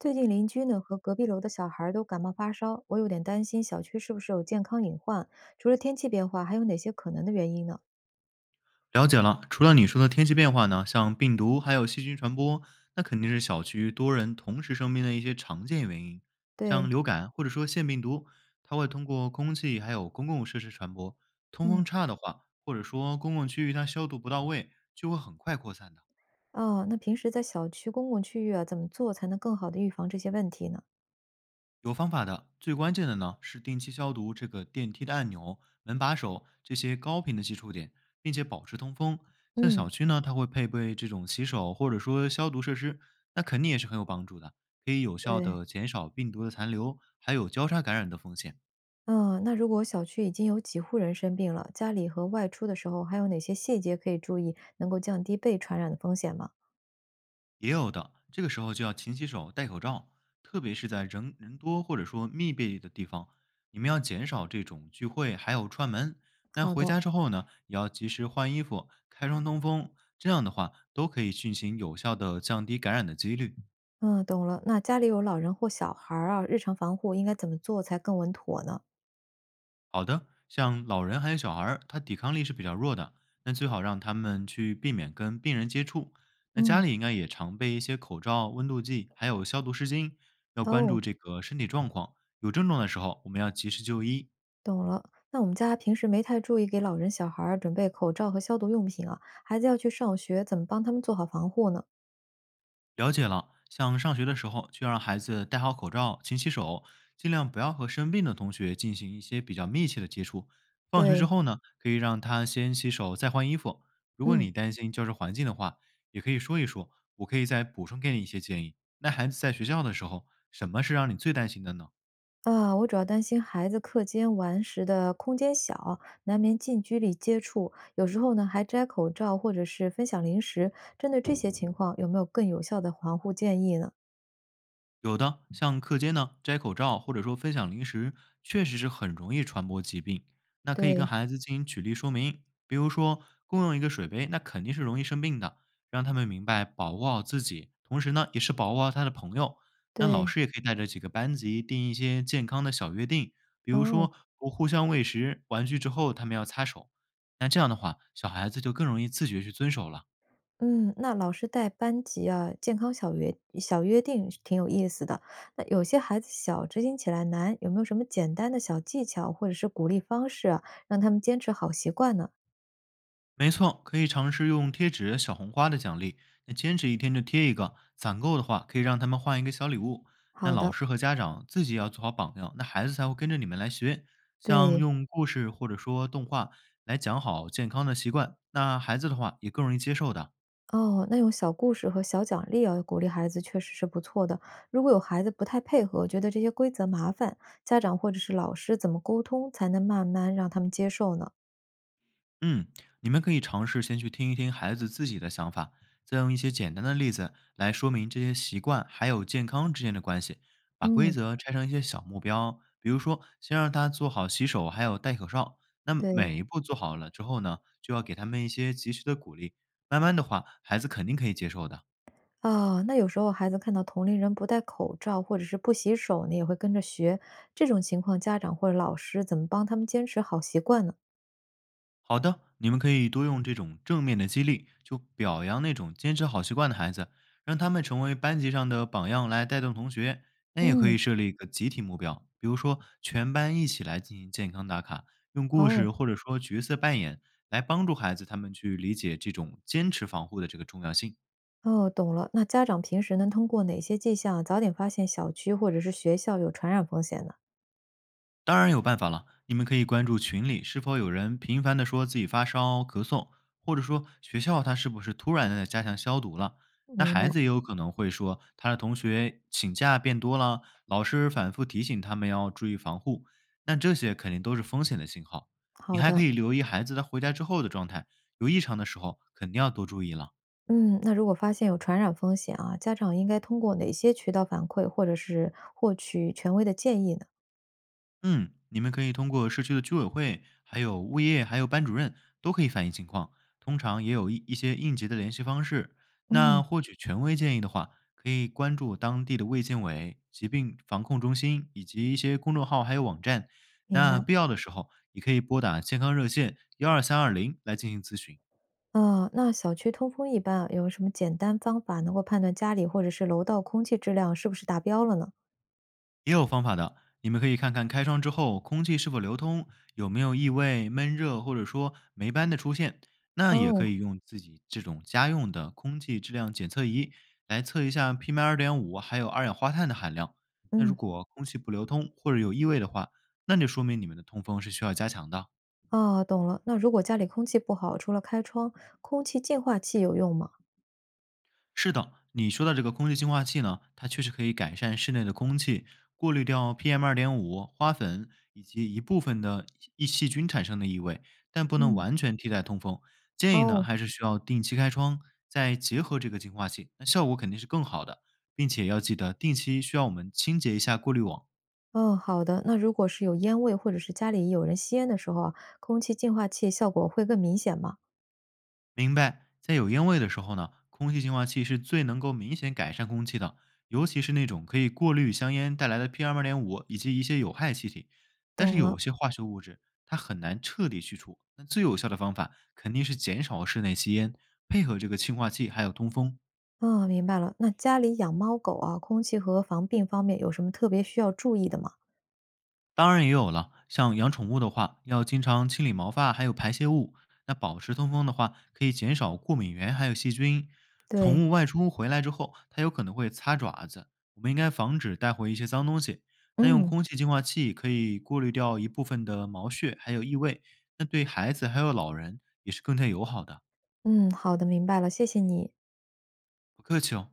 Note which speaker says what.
Speaker 1: 最近邻居呢和隔壁楼的小孩儿都感冒发烧，我有点担心小区是不是有健康隐患。除了天气变化，还有哪些可能的原因呢？
Speaker 2: 了解了，除了你说的天气变化呢，像病毒还有细菌传播，那肯定是小区多人同时生病的一些常见原因。像
Speaker 1: 对。
Speaker 2: 流感或者说腺病毒，它会通过空气还有公共设施传播，通风
Speaker 1: 嗯。
Speaker 2: 差的话，或者说公共区域它消毒不到位，就会很快扩散的。
Speaker 1: 哦，那平时在小区公共区域啊，怎么做才能更好的预防这些问题呢？
Speaker 2: 有方法的，最关键的呢是定期消毒这个电梯的按钮、门把手这些高频的接触点，并且保持通风。像
Speaker 1: 嗯。
Speaker 2: 小区呢，它会配备这种洗手或者说消毒设施，那肯定也是很有帮助的，可以有效
Speaker 1: 对。
Speaker 2: 的减少病毒的残留，还有交叉感染的风险。
Speaker 1: 嗯，那如果小区已经有几户人生病了，家里和外出的时候还有哪些细节可以注意，能够降低被传染的风险吗？
Speaker 2: 也有的，这个时候就要勤洗手、戴口罩，特别是在人多或者说密闭的地方，你们要减少这种聚会，还有串门。那
Speaker 1: 好
Speaker 2: 回
Speaker 1: 的。
Speaker 2: 家之后呢，也要及时换衣服、开窗通风，这样的话都可以进行有效的降低感染的几率。
Speaker 1: 嗯，懂了。那家里有老人或小孩儿啊，日常防护应该怎么做才更稳妥呢？
Speaker 2: 好的，像老人还有小孩儿，他抵抗力是比较弱的，那最好让他们去避免跟病人接触。那家
Speaker 1: 嗯。
Speaker 2: 里应该也常备一些口罩、温度计，还有消毒湿巾，要关
Speaker 1: 哦。
Speaker 2: 注这个身体状况。有症状的时候，我们要及时就医。
Speaker 1: 懂了，那我们家平时没太注意给老人、小孩儿准备口罩和消毒用品啊。孩子要去上学，怎么帮他们做好防护呢？
Speaker 2: 了解了，像上学的时候，就让孩子戴好口罩、勤洗手，尽量不要和生病的同学进行一些比较密切的接触。放学之
Speaker 1: 对。
Speaker 2: 后呢，可以让他先洗手再换衣服。如果
Speaker 1: 嗯。
Speaker 2: 你担心教室环境的话，也可以说一说，我可以再补充给你一些建议。那孩子在学校的时候，什么是让你最担心的呢？
Speaker 1: 啊，我主要担心孩子课间玩时的空间小，难免近距离接触，有时候呢还摘口罩或者是分享零食。针对这些情况，有没有更有效的防护建议呢？
Speaker 2: 有的，像课间呢摘口罩或者说分享零食，确实是很容易传播疾病。那可以跟
Speaker 1: 对
Speaker 2: 孩子进行举例说明，比如说共用一个水杯，那肯定是容易生病的，让他们明白保护好自己，同时呢也是保护好他的朋友。那老
Speaker 1: 对。
Speaker 2: 师也可以带着几个班级定一些健康的小约定，比如说
Speaker 1: 哦。
Speaker 2: 不互相喂食，玩具之后他们要擦手。那这样的话，小孩子就更容易自觉去遵守了。
Speaker 1: 嗯，那老师带班级啊，健康小约小约定是挺有意思的。那有些孩子小，执行起来难，有没有什么简单的小技巧或者是鼓励方式啊，让他们坚持好习惯呢？
Speaker 2: 没错，可以尝试用贴纸、小红花的奖励。那坚持一天就贴一个，攒够的话可以让他们换一个小礼物。那
Speaker 1: 好
Speaker 2: 老
Speaker 1: 的。
Speaker 2: 师和家长自己也要做好榜样，那孩子才会跟着你们来学。像
Speaker 1: 对。
Speaker 2: 用故事或者说动画来讲好健康的习惯，那孩子的话也更容易接受的。
Speaker 1: 哦，那用小故事和小奖励啊，鼓励孩子确实是不错的。如果有孩子不太配合，觉得这些规则麻烦，家长或者是老师怎么沟通才能慢慢让他们接受呢？
Speaker 2: 嗯，你们可以尝试先去听一听孩子自己的想法，再用一些简单的例子来说明这些习惯还有健康之间的关系。把规
Speaker 1: 嗯。
Speaker 2: 则拆成一些小目标，比如说先让他做好洗手，还有戴口罩。那
Speaker 1: 对。
Speaker 2: 每一步做好了之后呢，就要给他们一些及时的鼓励。慢慢的话，孩子肯定可以接受的。
Speaker 1: 哦，那有时候孩子看到同龄人不戴口罩或者是不洗手呢，也会跟着学。这种情况，家长或者老师怎么帮他们坚持好习惯呢？
Speaker 2: 好的，你们可以多用这种正面的激励，就表扬那种坚持好习惯的孩子，让他们成为班级上的榜样来带动同学。那也可
Speaker 1: 嗯。
Speaker 2: 以设立一个集体目标，比如说全班一起来进行健康打卡，用故
Speaker 1: 哦
Speaker 2: 事或者说角色扮演来帮助孩子他们去理解这种坚持防护的这个重要性。
Speaker 1: 哦，懂了。那家长平时能通过哪些迹象早点发现小区或者是学校有传染风险呢？
Speaker 2: 当然有办法了，你们可以关注群里是否有人频繁的说自己发烧、咳嗽，或者说学校他是不是突然的加强消毒了。那
Speaker 1: 明白。
Speaker 2: 孩子也有可能会说，他的同学请假变多了，老师反复提醒他们要注意防护，那这些肯定都是风险的信号。你
Speaker 1: 好
Speaker 2: 还可
Speaker 1: 的。
Speaker 2: 以留意孩子他回家之后的状态，有异常的时候肯定要多注意了。
Speaker 1: 嗯，那如果发现有传染风险啊，家长应该通过哪些渠道反馈，或者是获取权威的建议呢？
Speaker 2: 嗯，你们可以通过社区的居委会、还有物业、还有班主任都可以反映情况，通常也有一些应急的联系方式。
Speaker 1: 嗯。
Speaker 2: 那获取权威建议的话，可以关注当地的卫健委、疾病防控中心以及一些公众号还有网站。
Speaker 1: 明白。
Speaker 2: 那必要的时候，也可以拨打健康热线12320来进行咨询。
Speaker 1: 啊，那小区通风一般啊，有什么简单方法能够判断家里或者是楼道空气质量是不是达标了呢？
Speaker 2: 也有方法的，你们可以看看开窗之后空气是否流通，有没有异味、闷热或者说霉斑的出现。那也可
Speaker 1: 哦。
Speaker 2: 以用自己这种家用的空气质量检测仪来测一下 PM 2.5还有二氧化碳的含量。那如
Speaker 1: 嗯。
Speaker 2: 果空气不流通或者有异味的话，那就说明你们的通风是需要加强的。
Speaker 1: 啊，懂了。那如果家里空气不好，除了开窗，空气净化器有用吗？
Speaker 2: 是的，你说的这个空气净化器呢，它确实可以改善室内的空气，过滤掉 PM 二点五、花粉以及一部分的异细菌产生的异味，但不能
Speaker 1: 嗯。
Speaker 2: 完全替代通风。建议呢，
Speaker 1: 哦。
Speaker 2: 还是需要定期开窗，再结合这个净化器，那效果肯定是更好的，并且要记得定期需要我们清洁一下过滤网。
Speaker 1: 哦，好的。那如果是有烟味或者是家里有人吸烟的时候啊，空气净化器效果会更明显吗？
Speaker 2: 明白，在有烟味的时候呢，空气净化器是最能够明显改善空气的，尤其是那种可以过滤香烟带来的 PM 二点五以及一些有害气体。但是
Speaker 1: 懂了。
Speaker 2: 有些化学物质它很难彻底去除，那最有效的方法肯定是减少室内吸烟，配合这个净化器还有通风。
Speaker 1: 啊，明白了。那家里养猫狗啊，空气和防病方面有什么特别需要注意的吗？
Speaker 2: 当然也有了，像养宠物的话，要经常清理毛发还有排泄物。那保持通风的话，可以减少过敏源还有细菌。
Speaker 1: 对。
Speaker 2: 宠物外出回来之后，它有可能会擦爪子，我们应该防止带回一些脏东西。那用
Speaker 1: 嗯
Speaker 2: 空气净化器可以过滤掉一部分的毛屑还有异味，那对孩子还有老人也是更加友好的。
Speaker 1: 嗯，好的，明白了，谢谢你。
Speaker 2: 不客气哦。